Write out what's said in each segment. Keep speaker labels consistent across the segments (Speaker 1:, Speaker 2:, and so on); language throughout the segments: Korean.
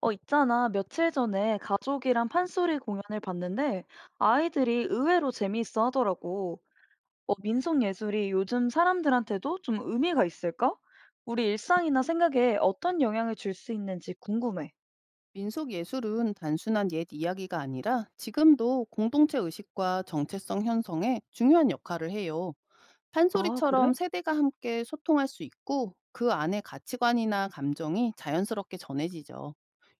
Speaker 1: 있잖아. 며칠 전에 가족이랑 판소리 공연을 봤는데 아이들이 의외로 재미있어 하더라고. 민속 예술이 요즘 사람들한테도 좀 의미가 있을까? 우리 일상이나 생각에 어떤 영향을 줄 수 있는지 궁금해.
Speaker 2: 민속 예술은 단순한 옛 이야기가 아니라 지금도 공동체 의식과 정체성 형성에 중요한 역할을 해요.
Speaker 1: 아, 그래?
Speaker 2: 판소리처럼 세대가 함께 소통할 수 있고 그 안에 가치관이나 감정이 자연스럽게 전해지죠.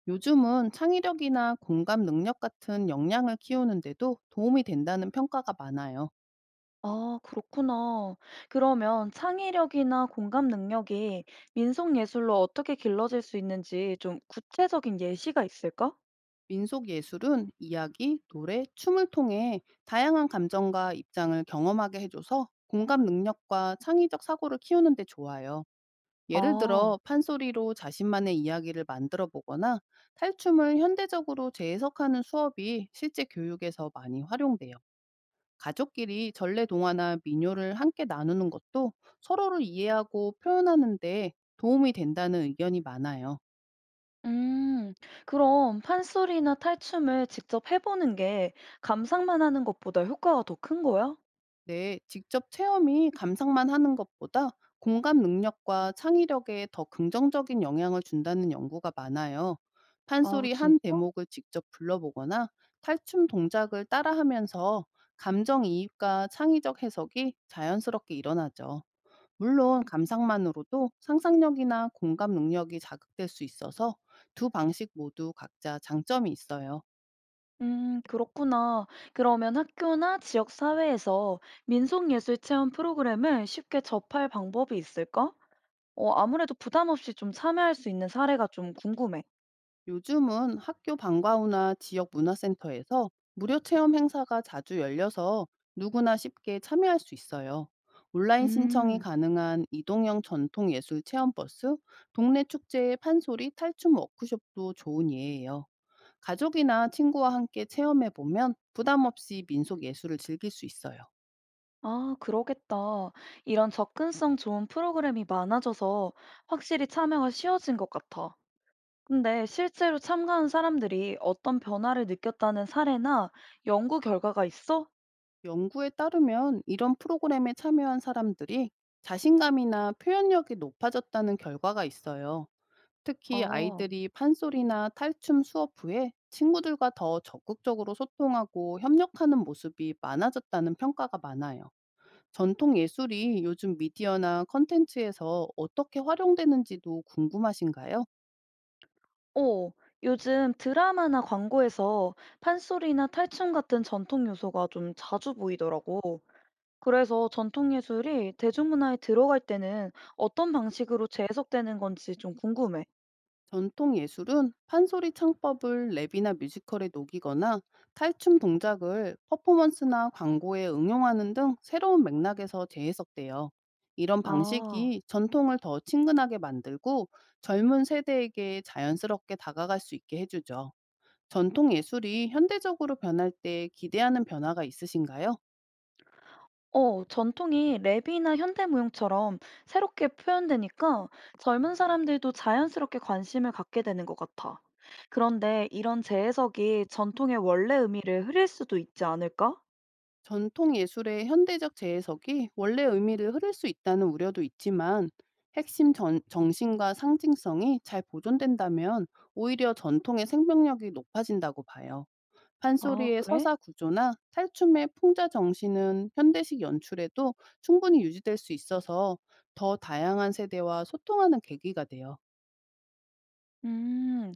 Speaker 2: 요즘은 창의력이나 공감 능력 같은 역량을 키우는데도 도움이 된다는 평가가 많아요.
Speaker 1: 아, 그렇구나. 그러면 창의력이나 공감 능력이 민속 예술로 어떻게 길러질 수 있는지 좀 구체적인 예시가 있을까?
Speaker 2: 민속 예술은 이야기, 노래, 춤을 통해 다양한 감정과 입장을 경험하게 해줘서 공감 능력과 창의적 사고를 키우는데 좋아요. 예를
Speaker 1: 아.
Speaker 2: 들어 판소리로 자신만의 이야기를 만들어 보거나 탈춤을 현대적으로 재해석하는 수업이 실제 교육에서 많이 활용돼요. 가족끼리 전래 동화나 민요를 함께 나누는 것도 서로를 이해하고 표현하는 데 도움이 된다는 의견이 많아요.
Speaker 1: 음, 그럼 판소리나 탈춤을 직접 해보는 게 감상만 하는 것보다 효과가 더 큰 거야?
Speaker 2: 네, 직접 체험이 감상만 하는 것보다 공감 능력과 창의력에 더 긍정적인 영향을 준다는 연구가 많아요.
Speaker 1: 아,
Speaker 2: 판소리 한
Speaker 1: 진짜?
Speaker 2: 대목을 직접 불러보거나 탈춤 동작을 따라하면서 감정 이입과 창의적 해석이 자연스럽게 일어나죠. 물론 감상만으로도 상상력이나 공감 능력이 자극될 수 있어서 두 방식 모두 각자 장점이 있어요.
Speaker 1: 그렇구나. 그러면 학교나 지역 사회에서 민속예술 체험 프로그램을 쉽게 접할 방법이 있을까? 아무래도 부담 없이 좀 참여할 수 있는 사례가 좀 궁금해.
Speaker 2: 요즘은 학교 방과후나 지역 문화센터에서 무료 체험 행사가 자주 열려서 누구나 쉽게 참여할 수 있어요. 온라인 신청이
Speaker 1: 음,
Speaker 2: 가능한 이동형 전통 예술 체험 버스, 동네 축제의 판소리 탈춤 워크숍도 좋은 예예요. 가족이나 친구와 함께 체험해 보면 부담 없이 민속 예술을 즐길 수 있어요.
Speaker 1: 아, 그러겠다. 이런 접근성 좋은 프로그램이 많아져서 확실히 참여가 쉬워진 것 같아. 근데 실제로 참가한 사람들이 어떤 변화를 느꼈다는 사례나 연구 결과가 있어?
Speaker 2: 연구에 따르면 이런 프로그램에 참여한 사람들이 자신감이나 표현력이 높아졌다는 결과가 있어요. 특히
Speaker 1: 아,
Speaker 2: 아이들이 판소리나 탈춤 수업 후에 친구들과 더 적극적으로 소통하고 협력하는 모습이 많아졌다는 평가가 많아요. 전통 예술이 요즘 미디어나 컨텐츠에서 어떻게 활용되는지도 궁금하신가요?
Speaker 1: 어, 요즘 드라마나 광고에서 판소리나 탈춤 같은 전통 요소가 좀 자주 보이더라고. 그래서 전통 예술이 대중문화에 들어갈 때는 어떤 방식으로 재해석되는 건지 좀 궁금해.
Speaker 2: 전통 예술은 판소리 창법을 랩이나 뮤지컬에 녹이거나 탈춤 동작을 퍼포먼스나 광고에 응용하는 등 새로운 맥락에서 재해석돼요. 이런
Speaker 1: 아.
Speaker 2: 방식이 전통을 더 친근하게 만들고 젊은 세대에게 자연스럽게 다가갈 수 있게 해주죠. 전통 예술이 현대적으로 변할 때 기대하는 변화가 있으신가요?
Speaker 1: 전통이 랩이나 현대무용처럼 새롭게 표현되니까 젊은 사람들도 자연스럽게 관심을 갖게 되는 것 같아. 그런데 이런 재해석이 전통의 원래 의미를 흐릴 수도 있지 않을까?
Speaker 2: 전통 예술의 현대적 재해석이 원래 의미를 흐를 수 있다는 우려도 있지만 정신과 상징성이 잘 보존된다면 오히려 전통의 생명력이 높아진다고 봐요.
Speaker 1: 아,
Speaker 2: 판소리의
Speaker 1: 그래?
Speaker 2: 서사 구조나 탈춤의 풍자 정신은 현대식 연출에도 충분히 유지될 수 있어서 더 다양한 세대와 소통하는 계기가 돼요.
Speaker 1: 음,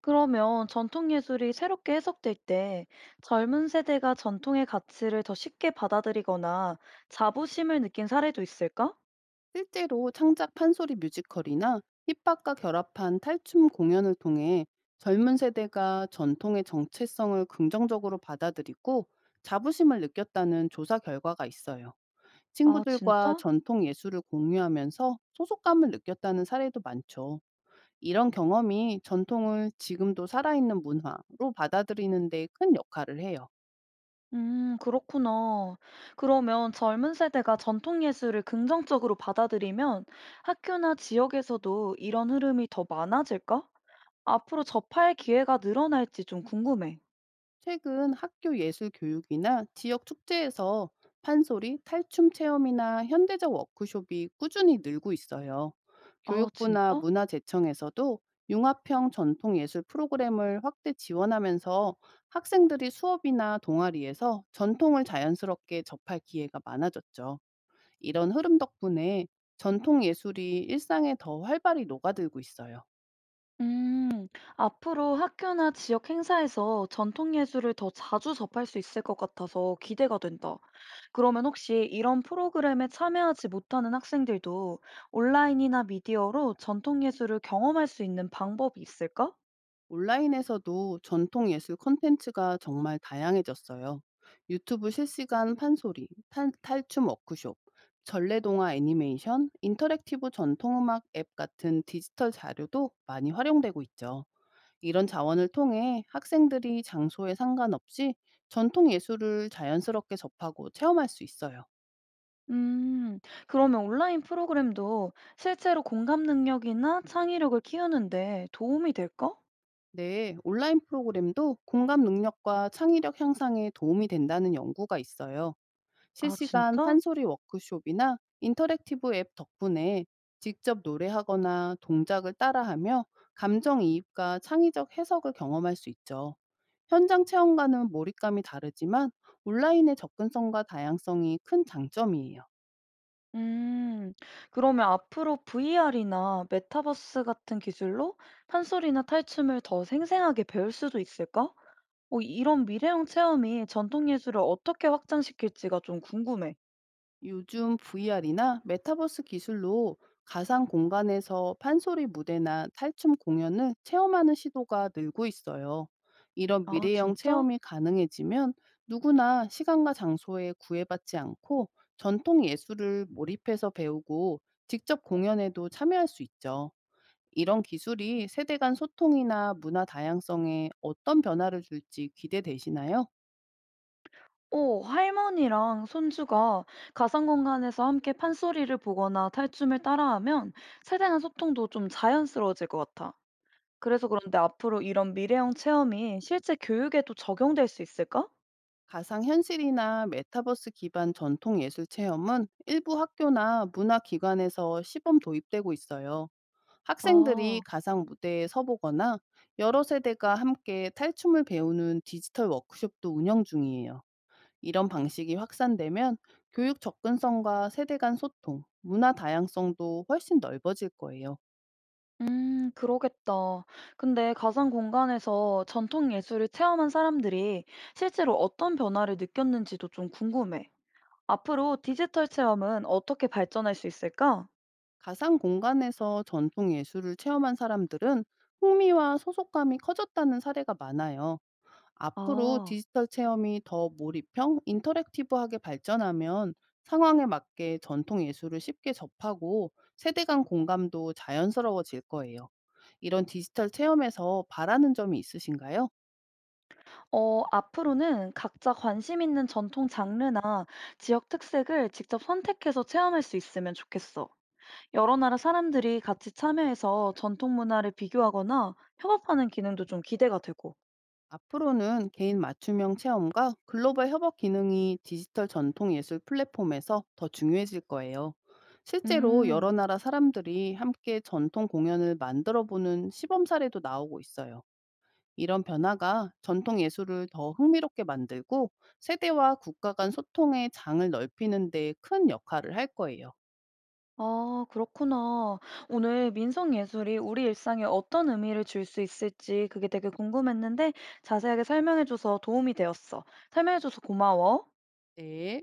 Speaker 1: 그러면 전통 예술이 새롭게 해석될 때 젊은 세대가 전통의 가치를 더 쉽게 받아들이거나 자부심을 느낀 사례도 있을까?
Speaker 2: 실제로 창작 판소리 뮤지컬이나 힙합과 결합한 탈춤 공연을 통해 젊은 세대가 전통의 정체성을 긍정적으로 받아들이고 자부심을 느꼈다는 조사 결과가 있어요.
Speaker 1: 아,
Speaker 2: 친구들과
Speaker 1: 진짜?
Speaker 2: 전통 예술을 공유하면서 소속감을 느꼈다는 사례도 많죠. 이런 경험이 전통을 지금도 살아있는 문화로 받아들이는 데 큰 역할을 해요.
Speaker 1: 그렇구나. 그러면 젊은 세대가 전통 예술을 긍정적으로 받아들이면 학교나 지역에서도 이런 흐름이 더 많아질까? 앞으로 접할 기회가 늘어날지 좀 궁금해.
Speaker 2: 최근 학교 예술 교육이나 지역 축제에서 판소리, 탈춤 체험이나 현대적 워크숍이 꾸준히 늘고 있어요.
Speaker 1: 아,
Speaker 2: 교육부나
Speaker 1: 진짜?
Speaker 2: 문화재청에서도 융합형 전통예술 프로그램을 확대 지원하면서 학생들이 수업이나 동아리에서 전통을 자연스럽게 접할 기회가 많아졌죠. 이런 흐름 덕분에 전통예술이 일상에 더 활발히 녹아들고 있어요.
Speaker 1: 음, 앞으로 학교나 지역 행사에서 전통 예술을 더 자주 접할 수 있을 것 같아서 기대가 된다. 그러면 혹시 이런 프로그램에 참여하지 못하는 학생들도 온라인이나 미디어로 전통 예술을 경험할 수 있는 방법이 있을까?
Speaker 2: 온라인에서도 전통 예술 콘텐츠가 정말 다양해졌어요. 유튜브 실시간 판소리, 탈춤 워크숍, 전래동화 애니메이션, 인터랙티브 전통음악 앱 같은 디지털 자료도 많이 활용되고 있죠. 이런 자원을 통해 학생들이 장소에 상관없이 전통 예술을 자연스럽게 접하고 체험할 수 있어요.
Speaker 1: 음, 그러면 온라인 프로그램도 실제로 공감 능력이나 창의력을 키우는데 도움이 될까?
Speaker 2: 네, 온라인 프로그램도 공감 능력과 창의력 향상에 도움이 된다는 연구가 있어요.
Speaker 1: 아,
Speaker 2: 실시간
Speaker 1: 진짜?
Speaker 2: 판소리 워크숍이나 인터랙티브 앱 덕분에 직접 노래하거나 동작을 따라하며 감정이입과 창의적 해석을 경험할 수 있죠. 현장 체험과는 몰입감이 다르지만 온라인의 접근성과 다양성이 큰 장점이에요.
Speaker 1: 음, 그러면 앞으로 VR이나 메타버스 같은 기술로 판소리나 탈춤을 더 생생하게 배울 수도 있을까? 이런 미래형 체험이 전통 예술을 어떻게 확장시킬지가 좀 궁금해.
Speaker 2: 요즘 VR이나 메타버스 기술로 가상 공간에서 판소리 무대나 탈춤 공연을 체험하는 시도가 늘고 있어요. 이런
Speaker 1: 아,
Speaker 2: 미래형
Speaker 1: 진짜?
Speaker 2: 체험이 가능해지면 누구나 시간과 장소에 구애받지 않고 전통 예술을 몰입해서 배우고 직접 공연에도 참여할 수 있죠. 이런 기술이 세대 간 소통이나 문화 다양성에 어떤 변화를 줄지 기대되시나요?
Speaker 1: 오 할머니랑 손주가 가상 공간에서 함께 판소리를 보거나 탈춤을 따라하면 세대 간 소통도 좀 자연스러워질 것 같아. 그래서 그런데 앞으로 이런 미래형 체험이 실제 교육에도 적용될 수 있을까?
Speaker 2: 가상현실이나 메타버스 기반 전통 예술 체험은 일부 학교나 문화기관에서 시범 도입되고 있어요. 학생들이
Speaker 1: 아,
Speaker 2: 가상 무대에 서보거나 여러 세대가 함께 탈춤을 배우는 디지털 워크숍도 운영 중이에요. 이런 방식이 확산되면 교육 접근성과 세대 간 소통, 문화 다양성도 훨씬 넓어질 거예요.
Speaker 1: 그러겠다. 근데 가상 공간에서 전통 예술을 체험한 사람들이 실제로 어떤 변화를 느꼈는지도 좀 궁금해. 앞으로 디지털 체험은 어떻게 발전할 수 있을까?
Speaker 2: 가상 공간에서 전통 예술을 체험한 사람들은 흥미와 소속감이 커졌다는 사례가 많아요. 앞으로
Speaker 1: 아.
Speaker 2: 디지털 체험이 더 몰입형, 인터랙티브하게 발전하면 상황에 맞게 전통 예술을 쉽게 접하고 세대 간 공감도 자연스러워질 거예요. 이런 디지털 체험에서 바라는 점이 있으신가요?
Speaker 1: 앞으로는 각자 관심 있는 전통 장르나 지역 특색을 직접 선택해서 체험할 수 있으면 좋겠어. 여러 나라 사람들이 같이 참여해서 전통 문화를 비교하거나 협업하는 기능도 좀 기대가 되고.
Speaker 2: 앞으로는 개인 맞춤형 체험과 글로벌 협업 기능이 디지털 전통 예술 플랫폼에서 더 중요해질 거예요. 실제로
Speaker 1: 음,
Speaker 2: 여러 나라 사람들이 함께 전통 공연을 만들어 보는 시범 사례도 나오고 있어요. 이런 변화가 전통 예술을 더 흥미롭게 만들고 세대와 국가 간 소통의 장을 넓히는 데 큰 역할을 할 거예요.
Speaker 1: 아, 그렇구나. 오늘 민속 예술이 우리 일상에 어떤 의미를 줄 수 있을지 그게 되게 궁금했는데 자세하게 설명해줘서 도움이 되었어. 설명해줘서 고마워.
Speaker 2: 네.